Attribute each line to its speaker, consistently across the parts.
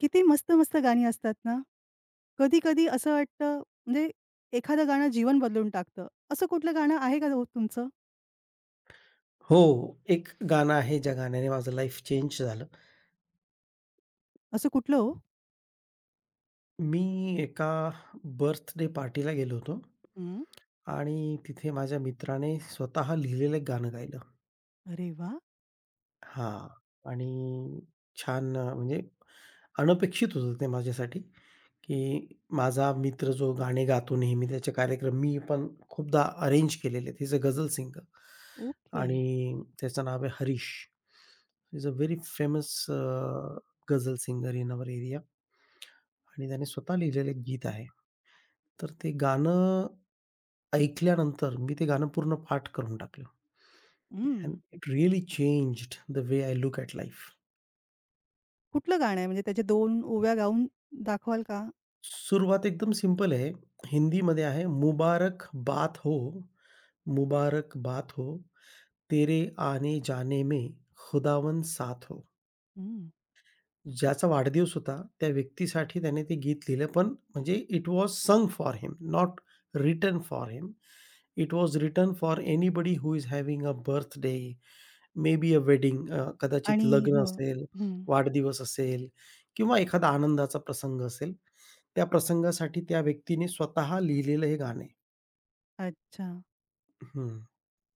Speaker 1: किती मस्त-मस्त गाणी असतात ना. कधी-कधी असं वाटतं म्हणजे एखादं गाणं जीवन बदलून टाकतं. असं कुठलं गाणं आहे का हो तुमचं?
Speaker 2: हो, एक गाणं आहे ज्या गाण्याने माझं लाईफ चेंज झालं.
Speaker 1: असं कुठलं हो?
Speaker 2: मी एका बर्थडे पार्टीला गेलो होतो
Speaker 1: हं.
Speaker 2: आणि तिथे माझ्या मित्राने स्वतः लिहिलेलं एक गाणं गायलं.
Speaker 1: अरे वा,
Speaker 2: हां. आणि छान म्हणजे अनपेक्षित होतं ते माझ्यासाठी, की माझा मित्र जो गाणे गातो नेहमी त्याचे कार्यक्रम मी पण खूपदा अरेंज केलेले आहेत. Is a ghazal singer
Speaker 1: okay.
Speaker 2: आणि त्याचं नाव आहे Harish. Is a very famous ghazal singer in our area. आणि त्याने स्वतः लिहिलेलं एक गीत आहे. तर ते गाणं ऐकल्यानंतर मी ते गाणं पूर्ण पाठ करून टाकलं.
Speaker 1: हं.
Speaker 2: And it really changed the way I look at life.
Speaker 1: कुठलं गाणं आहे म्हणजे त्याच्या 2 ओव्या गाऊन दाखवाल का?
Speaker 2: सुरुवात एकदम सिंपल आहे. हिंदीमध्ये आहे मुबारक बात हो, मुबारक बात हो, तेरे आने जाने में खुदावन साथ हो.
Speaker 1: हं.
Speaker 2: ज्याचा वाढदिवस होता, त्या व्यक्तीसाठी त्याने ते गीत लिहिलं, पण म्हणजे it was sang for him, not written for him. It was written for anybody who is having a birthday, maybe a wedding कदाचित
Speaker 1: आणि
Speaker 2: लग्न
Speaker 1: हो.
Speaker 2: असेल,
Speaker 1: हं.
Speaker 2: वाढदिवस असेल किंवा एखादा आनंदाचा प्रसंग असेल. त्या प्रसंगासाठी त्या व्यक्तीने स्वतः लिहिलेलं हे गाणं
Speaker 1: अच्छा.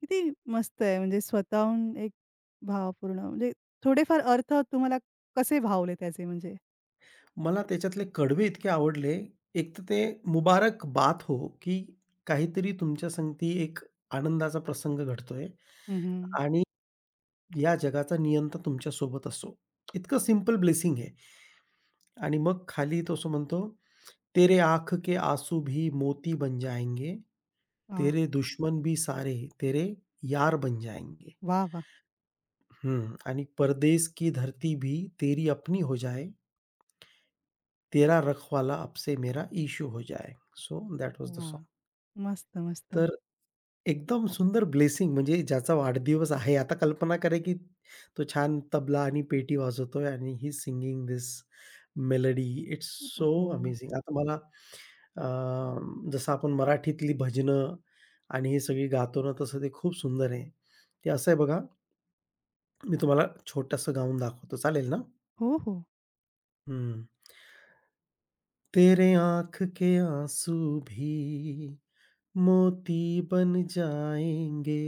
Speaker 1: किती मस्त आहे म्हणजे स्वतःहून एक भावपूर्ण म्हणजे थोडेफार अर्थ तुम्हाला कसे भावले त्याचे म्हणजे?
Speaker 2: मला त्याच्यातले कडवे इतके आवडले. एक तर ते मुबारक बात हो, की काहीतरी तुमच्या संगती एक आनंदाचा प्रसंग घडतोय
Speaker 1: हं, हं.
Speaker 2: आणि या जगाचा नियंता तुमच्या सोबत असो. इतकं सिंपल ब्लेसिंग आहे. आणि मग खाली तो असं म्हणतो, "तेरे आँख के आँसू भी मोती बन जाएँगे,
Speaker 1: वाह!
Speaker 2: तेरे दुश्मन भी सारे तेरे यार बन जाएँगे."
Speaker 1: वाह, वाह!
Speaker 2: हं. आणि "परदेस की धरती भी तेरी अपनी हो जाए." तेरा रखवाला आपसे मेरा इश्यू हो जाए. So that was the song.
Speaker 1: वाह! मस्त, मस्त.
Speaker 2: तर एकदम सुंदर ब्लेसिंग म्हणजे ज्याचा वाढदिवस आहे. आता कल्पना करा, की तो छान तबला आणि पेटी वाजवतोय आणि he singing this melody. It's so
Speaker 1: हो.
Speaker 2: अमेझिंग. आता मला अ, जसं आपण मराठीतली भजनं आणि हे सगळी गातो ना, तसं ते खूप सुंदर आहे. ते असं आहे बघा, मी तुम्हाला छोटंसं गाऊन दाखवतो. चालेल ना?
Speaker 1: हो, हो.
Speaker 2: हं. तेरे आँख के आँसू भी मोती बन जाएंगे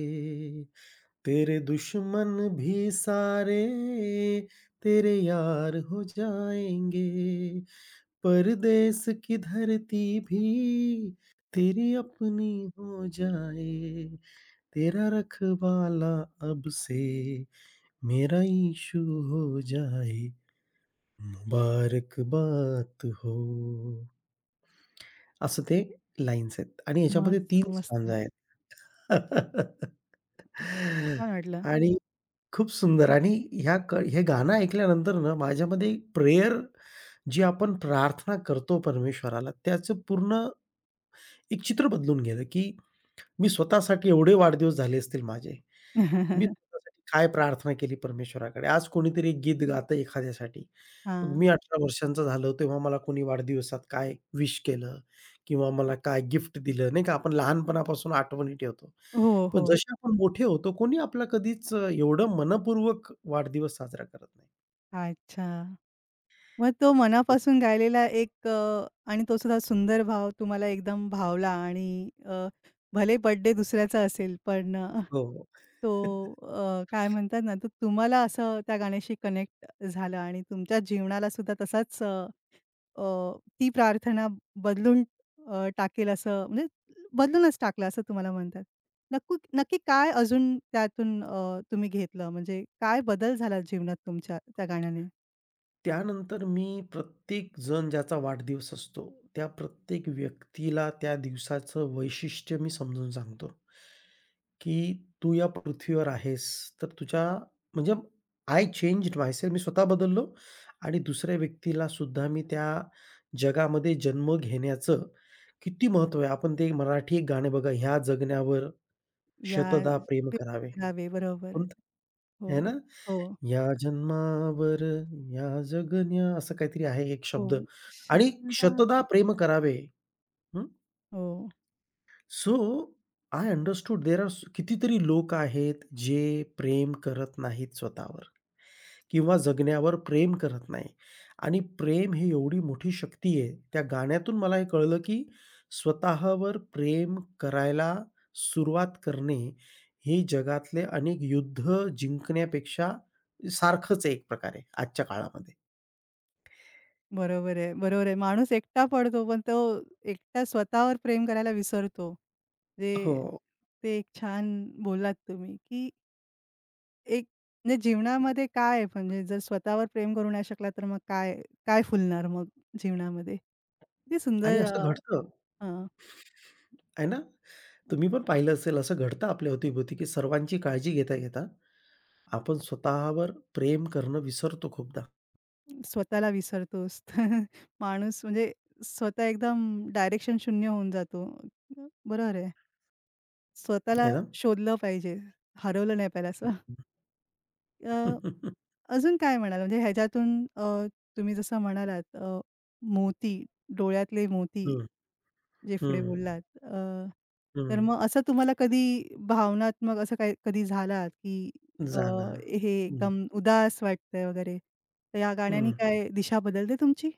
Speaker 2: तेरे दुश्मन भी सारे तेरे यार हो जाएंगे परदेस की धरती भी तेरी अपनी हो जाए, तेरा रखवाला अब से मेरा यीशु हो जाए। मुबारक बात हो. असं ते लाईन्स आहेत आणि ह्याच्यामध्ये
Speaker 1: मस्त,
Speaker 2: 3
Speaker 1: मस्त.
Speaker 2: स्टांजा आहेत.
Speaker 1: छान वाटलं.
Speaker 2: आणि खूप सुंदर आणि ह्या क हे गाणं ऐकल्यानंतर ना माझ्यामध्ये प्रेयर जी आपण प्रार्थना करतो परमेश्वराला त्याचं पूर्ण एक चित्र बदलून गेलं, की मी स्वतःसाठी एवढे वाढदिवस झाले असतील माझे. मी स्वतःसाठी काय प्रार्थना केली परमेश्वराकडे. आज कोणीतरी एक गीत गातं एखाद्यासाठी. मग
Speaker 1: हां.
Speaker 2: मी 18 वर्षांचा झालो तेव्हा मला कोणी वाढदिवसात काय विश केलं किंवा मला काय गिफ्ट दिलं, नाही का? आपण लहानपणापासून आठवणी ठेवतो.
Speaker 1: हो, हो.
Speaker 2: पण जसे आपण मोठे होतो कोणी आपला कधीच एवढं मनपूर्वक वाढदिवस साजरा करत नाही.
Speaker 1: अच्छा. मग तो मनापासून गायलेला एक आणि तो सुद्धा सुंदर भाव तुम्हाला एकदम भावला आणि भले बर्थडे दुसऱ्याचा असेल पण
Speaker 2: हो, हो.
Speaker 1: तो काय म्हणतात ना, तर तुम्हाला असं त्या गाण्याशी कनेक्ट झालं आणि तुमच्या जीवनाला सुद्धा तसाच अ, अ, ती प्रार्थना बदलून टाकेल असं म्हणजे बदलूनच टाकलं असं तुम्हाला म्हणतात. नक्की काय अजून त्यातून तुम्ही घेतलं म्हणजे काय बदल झाला जीवनात तुमच्या त्या गाण्याने?
Speaker 2: त्यानंतर मी प्रत्येक जण ज्याचा वाढदिवस असतो, त्या प्रत्येक व्यक्तीला त्या दिवसाचं वैशिष्ट्य मी समजून सांगतो. की तू या पृथ्वीवर आहेस, तर तुझ्या म्हणजे आय चेंज्ड मायसेल्फ मी स्वतः बदललो आणि दुसऱ्या व्यक्तीला सुद्धा मी त्या जगामध्ये जन्म घेण्याचं किती महत्त्व आहे. आपण ते मराठी एक गाणं बघा, "ह्या जगण्यावर
Speaker 1: या
Speaker 2: शतदा प्रेम
Speaker 1: ते
Speaker 2: करावे."
Speaker 1: करावे. बरोबर.
Speaker 2: कोणतं?
Speaker 1: हो,
Speaker 2: आहे ना?
Speaker 1: हो,
Speaker 2: "या जन्मावर या जगण्या" असं काहीतरी आहे एक
Speaker 1: हो.
Speaker 2: शब्द आणि
Speaker 1: शतदा
Speaker 2: शतदा प्रेम करावे. हं.
Speaker 1: हो,
Speaker 2: so I understood there are कितीतरी लोक आहेत जे प्रेम करत नाहीत स्वतःवर किंवा जगण्यावर प्रेम करत नाही आणि प्रेम ही एवढी मोठी शक्ती आहे. त्या गाण्यातून मला हे कळलं, की स्वतःवर प्रेम करायला सुरुवात करणे हे जगातले अनेक युद्ध जिंकण्यापेक्षा सारखंच आहे एक प्रकारे आजच्या काळामध्ये.
Speaker 1: बरोबर आहे, बरोबर आहे. माणूस एकटा पडतो, पण तो एकटा स्वतःवर प्रेम करायला विसरतो. जे
Speaker 2: हो.
Speaker 1: ते एक छान बोललात तुम्ही, की एक म्हणजे जीवनामध्ये काय आहे म्हणजे जर स्वतःवर प्रेम करू नाही शकला, तर मग काय काय फुलणार मग जीवनामध्ये? किती
Speaker 2: आणि
Speaker 1: सुंदर
Speaker 2: असं घडतं,
Speaker 1: हां.
Speaker 2: आहे ना? तुम्ही पण पाहिलं असेल असं घडतं आपल्या अवतीभोवती, की सर्वांची काळजी घेता-घेता आपण स्वतःवर प्रेम करणं विसरतो खूपदा,
Speaker 1: स्वतःला विसरतोस. माणूस म्हणजे स्वतः एकदम डायरेक्शन शून्य होऊन जातो. बरोबर आहे. स्वतःला
Speaker 2: आहे ना?
Speaker 1: शोधलं पाहिजे. हरवलं नाही पाहिजे असं. अ, अजून काय म्हणाल? म्हणजे ह्याच्यातून तुम्ही जसं म्हणालात मोती, डोळ्यातले मोती
Speaker 2: हं,
Speaker 1: जे पुढे
Speaker 2: हं,
Speaker 1: बोललात. तर
Speaker 2: हं.
Speaker 1: मग असं तुम्हाला कधी भावनात्मक असं काही कधी झालात, की अ,
Speaker 2: झाला.
Speaker 1: हे
Speaker 2: हं,
Speaker 1: एकदम उदास वाटतंय वगैरे, तर या गाण्याने
Speaker 2: हं.
Speaker 1: काय दिशा बदलते तुमची?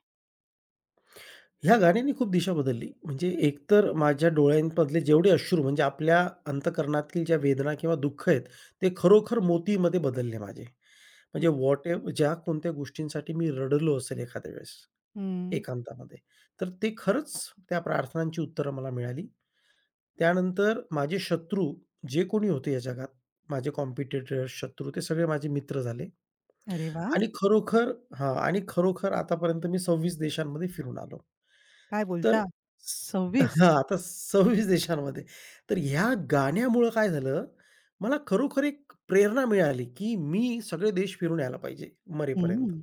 Speaker 2: ह्या गाण्याने खूप दिशा बदलली. म्हणजे एकतर माझ्या डोळ्यांमधले जेवढे अश्रू म्हणजे आपल्या अंतःकरणातील ज्या वेदना किंवा दुःख आहेत, ते खरोखर मोतीमध्ये बदलले माझे. म्हणजे व्हॉट एव्ह ज्या कोणत्या गोष्टींसाठी मी रडलो असेल एखाद्या वेळेस
Speaker 1: हं.
Speaker 2: एकांतामध्ये, तर ते खरंच त्या प्रार्थनांची उत्तरं मला मिळाली. त्यानंतर माझे शत्रू जे कोणी होते या जगात, माझे कॉम्पिटिटर्स, शत्रू ते सगळे माझे मित्र झाले
Speaker 1: अरे वाह!
Speaker 2: आणि खरोखर हां आणि खरोखर आतापर्यंत मी 26 देशांमध्ये फिरून आलो.
Speaker 1: काय
Speaker 2: तर
Speaker 1: बोलता?
Speaker 2: स
Speaker 1: 26?
Speaker 2: हां, आता 26 देशांमध्ये. तर ह्या गाण्यामुळं काय झालं, मला खरोखर एक प्रेरणा मिळाली, की मी सगळे देश फिरून यायला पाहिजे
Speaker 1: हं.
Speaker 2: मरेपर्यंत.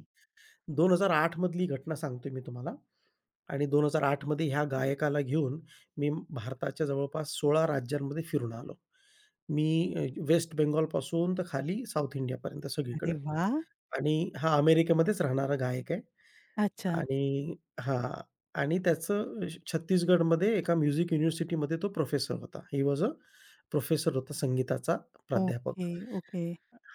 Speaker 2: 2008 मधली घटना सांगतोय मी तुम्हाला आणि 2008 मध्ये ह्या गायकाला घेऊन मी भारताच्या जवळपास 16 राज्यांमध्ये फिरून आलो. मी वेस्ट बेंगॉलपासून तर खाली साउथ इंडियापर्यंत
Speaker 1: अरे
Speaker 2: सगळीकडं
Speaker 1: वाह!
Speaker 2: आणि हा अमेरिकेमध्येच राहणारा गायक आहे
Speaker 1: अच्छा.
Speaker 2: आणि हां आणि त्याचं छत्तीसगडमध्ये एका म्युझिक युनिव्हर्सिटीमध्ये तो प्रोफेसर होता. ही वॉज अ प्रोफेसर होता संगीताचा प्राध्यापक.
Speaker 1: ओके, ओके,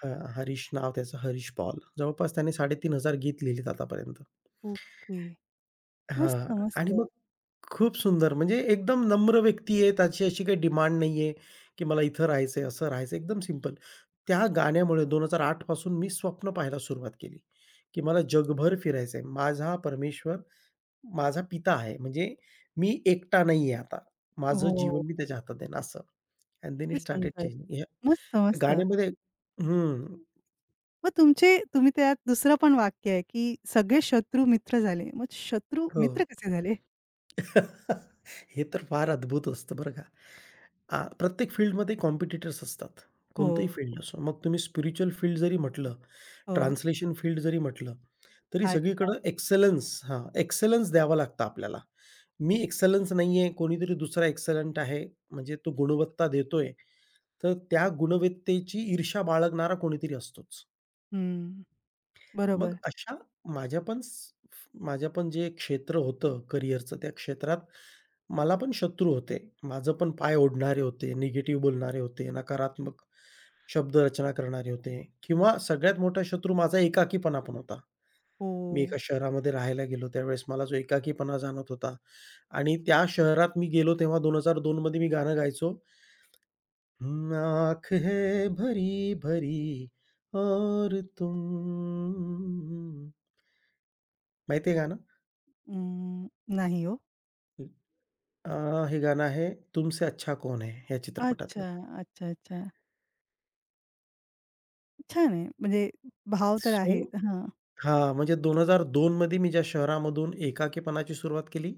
Speaker 2: हां, हरीश नाव त्याचं हरीश पॉल. जवळपास त्याने 3,500 गीत लिहिलीत आतापर्यंत.
Speaker 1: ओके. मस्त,
Speaker 2: हां.
Speaker 1: मस्त.
Speaker 2: आणि मग खूप सुंदर म्हणजे एकदम नम्र व्यक्ती आहे. त्याची अशी काही डिमांड नाहीये, की मला इथं राहायचंय, असं राहायचंय. एकदम सिंपल. त्या गाण्यामुळे 2008 पासून मी स्वप्न पाहायला सुरुवात केली, की मला जगभर फिरायचंय. माझा परमेश्वर माझा पिता आहे. म्हणजे मी एकटा नाहीये आता. माझं
Speaker 1: हो,
Speaker 2: जीवन मी त्याच्या हातात देईन असं. अँड देन इट
Speaker 1: किती
Speaker 2: स्टार्टेड
Speaker 1: सुंदर.
Speaker 2: चेंजिंग. या
Speaker 1: मस्त, मस्त.
Speaker 2: गाण्यामध्ये हं.
Speaker 1: मग तुमचे तुम्ही त्यात दुसरं पण वाक्य आहे, की सगळे शत्रू मित्र झाले. मग शत्रू
Speaker 2: हो.
Speaker 1: मित्र कसे झाले?
Speaker 2: हे तर फार अद्भुत असतं बरं का. प्रत्येक फील्डमध्ये कॉम्पिटिटर्स असतात.
Speaker 1: हो,
Speaker 2: कोणतंही फील्ड असो. मग तुम्ही स्पिरिच्युअल फील्ड जरी म्हटलं,
Speaker 1: हो.
Speaker 2: ट्रान्सलेशन फील्ड जरी म्हटलं, तरी
Speaker 1: अच्छा.
Speaker 2: सगळीकडं एक्सलन्स हां, एक्सलन्स द्यावा लागतं आपल्याला. मी एक्सलन्स नाहीये, कोणीतरी दुसरा एक्सलंट आहे, म्हणजे तो गुणवत्ता देतोय, तर त्या गुणवत्तेची ईर्ष्या बाळगणारा कोणीतरी असतोच.
Speaker 1: हं.
Speaker 2: मग
Speaker 1: बरोबर.
Speaker 2: अशा माझ्या पण स माझ्या पण जे क्षेत्र होतं करिअरचं, त्या क्षेत्रात मला पण शत्रू होते. माझं पण पाय ओढणारे होते, निगेटिव्ह बोलणारे होते, नकारात्मक शब्दरचना करणारे होते किंवा सगळ्यात मोठा शत्रू माझा एकाकीपणा पण होता. मी एका
Speaker 1: हो.
Speaker 2: शहरामध्ये राहायला गेलो, त्यावेळेस मला जो एकाकीपणा जाणवत होता आणि त्या शहरात मी गेलो तेव्हा 2002 मध्ये मी गाणं गायचो. "हम आँख है भरी-भरी और तुम. माहिती गाणं?
Speaker 1: अं, नाही हो.
Speaker 2: हे गाणं आहे तुमसे अच्छा कौन है या चित्रपटातलं.
Speaker 1: अच्छा, अच्छा, अच्छा. छान आहे. म्हणजे भाव तर
Speaker 2: सो
Speaker 1: आहे. हां.
Speaker 2: हां, म्हणजे 2002 मध्ये मी ज्या शहरामधून एकाकीपणाची सुरुवात केली,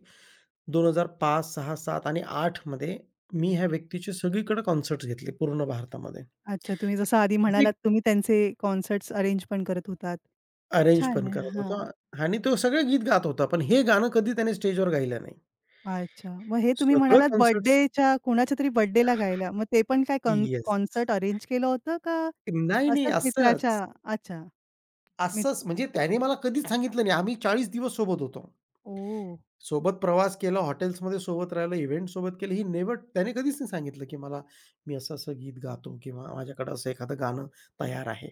Speaker 2: 2005, 6, 7 आणि आठ मध्ये मी ह्या व्यक्तीचे सगळीकडे कॉन्सर्ट्स घेतले पूर्ण भारतामध्ये.
Speaker 1: अच्छा, तुम्ही जसं आधी
Speaker 2: मी
Speaker 1: म्हणालात, तुम्ही त्यांचे कॉन्सर्ट्स अरेंज पण करत होतात.
Speaker 2: अरेंज
Speaker 1: छान
Speaker 2: पण
Speaker 1: आहे.
Speaker 2: करत होतो
Speaker 1: हां.
Speaker 2: आणि तो सगळे गीत गात होता. पण हे गाणं कधी त्याने स्टेजवर गायलं नाही.
Speaker 1: अच्छा. मग हे तुम्ही
Speaker 2: सगळं
Speaker 1: म्हणालात
Speaker 2: कॉन्सर्ट्स
Speaker 1: बर्थडेच्या कुणाच्यातरी बर्थडेला गायला. मग ते पण काय कॉन
Speaker 2: येस.
Speaker 1: कॉन्सर्ट अरेंज केलं होतं का
Speaker 2: नाही, नाही
Speaker 1: असंच
Speaker 2: असंच,
Speaker 1: मित्राच्या अच्छा. मित
Speaker 2: असंच म्हणजे त्याने मला कधीच सांगितलं नाही. आम्ही 40 दिवस सोबत होतो.
Speaker 1: ओह!
Speaker 2: सोबत प्रवास केला, हॉटेल्समध्ये सोबत राहिलं, इव्हेंट सोबत केलं. ही नेवर त्याने कधीच नाही सांगितलं, की मला मी असं-असं गीत गातो किंवा माझ्याकडे असं एखादं गाणं तयार आहे.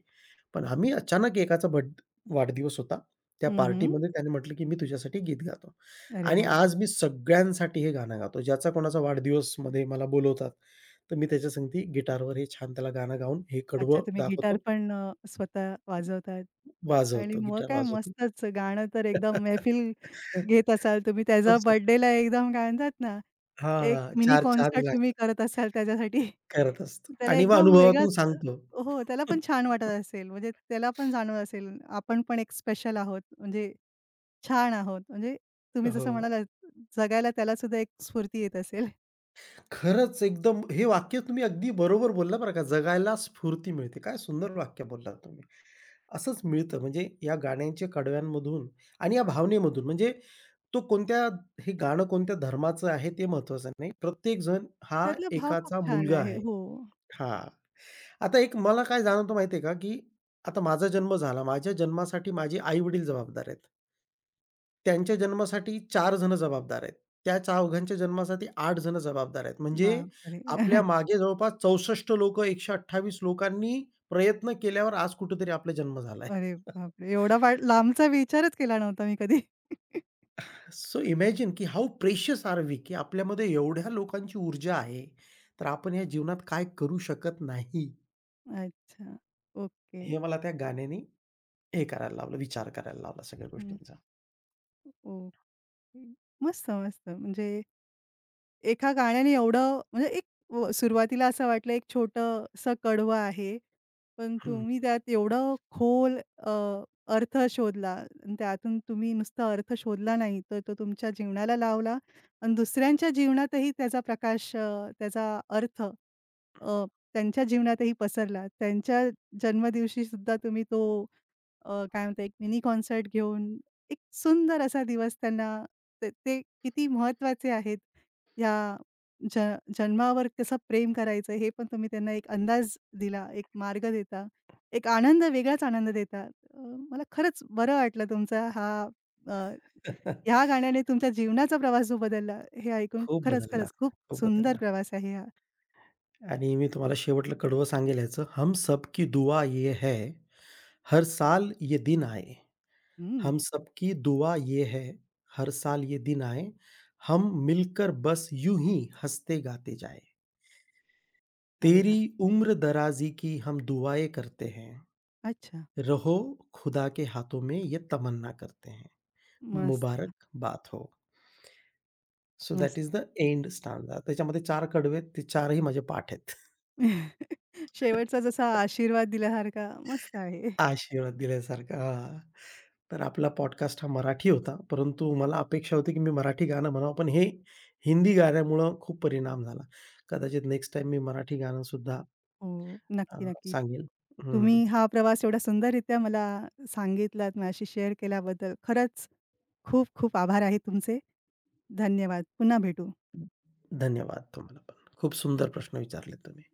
Speaker 2: पण आम्ही अचानक एकाचा वाढदिवस होता. त्या
Speaker 1: हं, हं.
Speaker 2: पार्टीमध्ये त्याने म्हटलं, की "मी तुझ्यासाठी गीत गातो"
Speaker 1: अरे
Speaker 2: आणि
Speaker 1: वाह!
Speaker 2: आज मी सगळ्यांसाठी हे गाणं गातो. ज्याचा कोणाचा वाढदिवसमध्ये मला बोलवतात, तर मी त्याच्यासंगती गिटारवर हे छान त्याला गाणं गाऊन हे
Speaker 1: अच्छा,
Speaker 2: कडवं
Speaker 1: तुम्ही गिटार
Speaker 2: दाखवतो,
Speaker 1: पण स्वतः वाजवतात आणि
Speaker 2: वाजवतो,
Speaker 1: मग
Speaker 2: गिटार
Speaker 1: काय
Speaker 2: वाजवतो.
Speaker 1: मस्तच गाणं तर एकदम मैफिल घेत असाल तुम्ही.
Speaker 2: खूप
Speaker 1: त्याच्या
Speaker 2: सुंदर.
Speaker 1: बर्थडेला एकदम काय म्हणतात ना, एक
Speaker 2: हां,
Speaker 1: मिनी
Speaker 2: चार चांद
Speaker 1: कॉन्सर्ट
Speaker 2: लागतात.
Speaker 1: तुम्ही करत असाल त्याच्यासाठी.
Speaker 2: करत असतो
Speaker 1: त्याला
Speaker 2: आणि मग
Speaker 1: एकदम
Speaker 2: अनुभवातून
Speaker 1: वेगळाच
Speaker 2: सांगतो.
Speaker 1: हो, त्याला पण छान वाटत असेल. म्हणजे त्याला पण जाणवत असेल, आपण पण एक स्पेशल आहोत, म्हणजे छान आहोत. म्हणजे तुम्ही
Speaker 2: हो.
Speaker 1: जसं म्हणालात, जगायला त्याला सुद्धा एक स्फूर्ती येत असेल.
Speaker 2: खरंच एकदम हे वाक्य तुम्ही अगदी बरोबर बोलला बरं का, जगायला स्फूर्ती मिळते. काय सुंदर वाक्य बोललात तुम्ही. असंच मिळतं म्हणजे या गाण्यांच्या कडव्यांमधून आणि या भावनेमधून म्हणजे तो कोणत्या हे गाणं कोणत्या धर्माचं आहे ते महत्त्वाचं नाही. प्रत्येक जण हा
Speaker 1: त्यातला भाव खूप
Speaker 2: एकाचा
Speaker 1: छान
Speaker 2: मुलगा
Speaker 1: आहे.
Speaker 2: आहे.
Speaker 1: हो.
Speaker 2: हां. आता एक मला काय जाणवतं माहिती आहे का, की आता माझा जन्म झाला. माझ्या जन्मासाठी माझे आई-वडील जबाबदार आहेत. त्यांच्या जन्मासाठी 4 जण जबाबदार आहेत. त्या चौघांच्या जन्मासाठी 8 जण जबाबदार आहेत. म्हणजे आपल्या
Speaker 1: बापरे!
Speaker 2: मागे जवळपास 64 लोकं 128 लोकांनी प्रयत्न केल्यावर आज कुठेतरी आपला जन्म झालाय.
Speaker 1: अरे बापरे! एवढा वाईट लांबचा विचारच केला नव्हता मी कधी.
Speaker 2: सो इमॅजिन की हाऊ प्रेशियस आर वी, की आपल्यामध्ये एवढ्या लोकांची ऊर्जा आहे, तर आपण या जीवनात काय करू शकत नाही,
Speaker 1: अच्छा. ओके.
Speaker 2: हे मला त्या गाण्याने हे करायला लावलं, विचार करायला लावला सगळ्या
Speaker 1: हं.
Speaker 2: गोष्टींचा.
Speaker 1: ओके. मस्त, मस्त. म्हणजे एका गाण्याने एवढं म्हणजे एक सुरुवातीला असं वाटलं एक छोटंसं कडवं आहे. पण
Speaker 2: हं.
Speaker 1: तुम्ही त्यात एवढं खोल अर्थ शोधला आणि त्यातून तुम्ही नुसता अर्थ शोधला नाही, तर तो तुमच्या जीवनाला लावला आणि दुसऱ्यांच्या जीवनातही त्याचा प्रकाश त्याचा अर्थ त्यांच्या जीवनातही पसरला. त्यांच्या जन्मदिवशी सुद्धा तुम्ही तो काय म्हणता एक मिनी कॉन्सर्ट घेऊन एक सुंदर असा दिवस त्यांना ते ते किती महत्त्वाचे आहेत. या ज जन्मावर कसं प्रेम करायचं हे पण तुम्ही त्यांना एक अंदाज दिला, एक मार्ग देता, एक आनंद वेगळाच आनंद देता. अ, मला खरंच बरं वाटलं तुमचा हा अ, ह्या गाण्याने तुमच्या जीवनाचा प्रवास जो बदलला हे ऐकून
Speaker 2: खूप
Speaker 1: खरंच,
Speaker 2: बदलला,
Speaker 1: खरंच खूप
Speaker 2: खूप
Speaker 1: सुंदर
Speaker 2: बदलला.
Speaker 1: प्रवास आहे हा.
Speaker 2: आणि मी तुम्हाला शेवटला कडवं सांगेल ह्याचं, हम सब की दुआ ये है, हर साल ये दिन आए.
Speaker 1: हं.
Speaker 2: हम सब की दुआ ये है, हर साल ये दिन आए. हम मिलकर बस यूँ ही हँसते गाते जाए
Speaker 1: अरे
Speaker 2: तेरी
Speaker 1: वाह!
Speaker 2: उम्र दराज़ी की हम दुआएँ करते हैं.
Speaker 1: अच्छा.
Speaker 2: रहो खुदा के हाथों में ये तमन्ना करते हैं.
Speaker 1: मस्त,
Speaker 2: मुबारक बात हो. सो दॅट
Speaker 1: मस्त.
Speaker 2: Is the end stanza. त्याच्यामध्ये 4 कडवे आहेत. ते 4ही माझे पाठ आहेत.
Speaker 1: शेवटचा जसा आशीर्वाद दिल्यासारखा मस्त आहे.
Speaker 2: आशीर्वाद दिल्यासारखा. हां. तर आपला पॉडकास्ट हा मराठी होता. परंतु मला अपेक्षा होती, की मी मराठी गाणं म्हणावं, पण हे हिंदी गाण्यामुळं खूप परिणाम झाला. कदाचित नेक्स्ट टाइम मी मराठी गाणंसुद्धा
Speaker 1: हो.
Speaker 2: अ,
Speaker 1: नक्की, नक्की.
Speaker 2: सांगेल. हं.
Speaker 1: तुम्ही हा प्रवास एवढा सुंदररित्या मला सांगितलात, माझ्याशी शेअर केल्याबद्दल खरंच खूप खूप आभार आहे तुमचे. धन्यवाद. पुन्हा भेटू.
Speaker 2: धन्यवाद तुम्हाला पण. खूप सुंदर प्रश्न विचारले तुम्ही.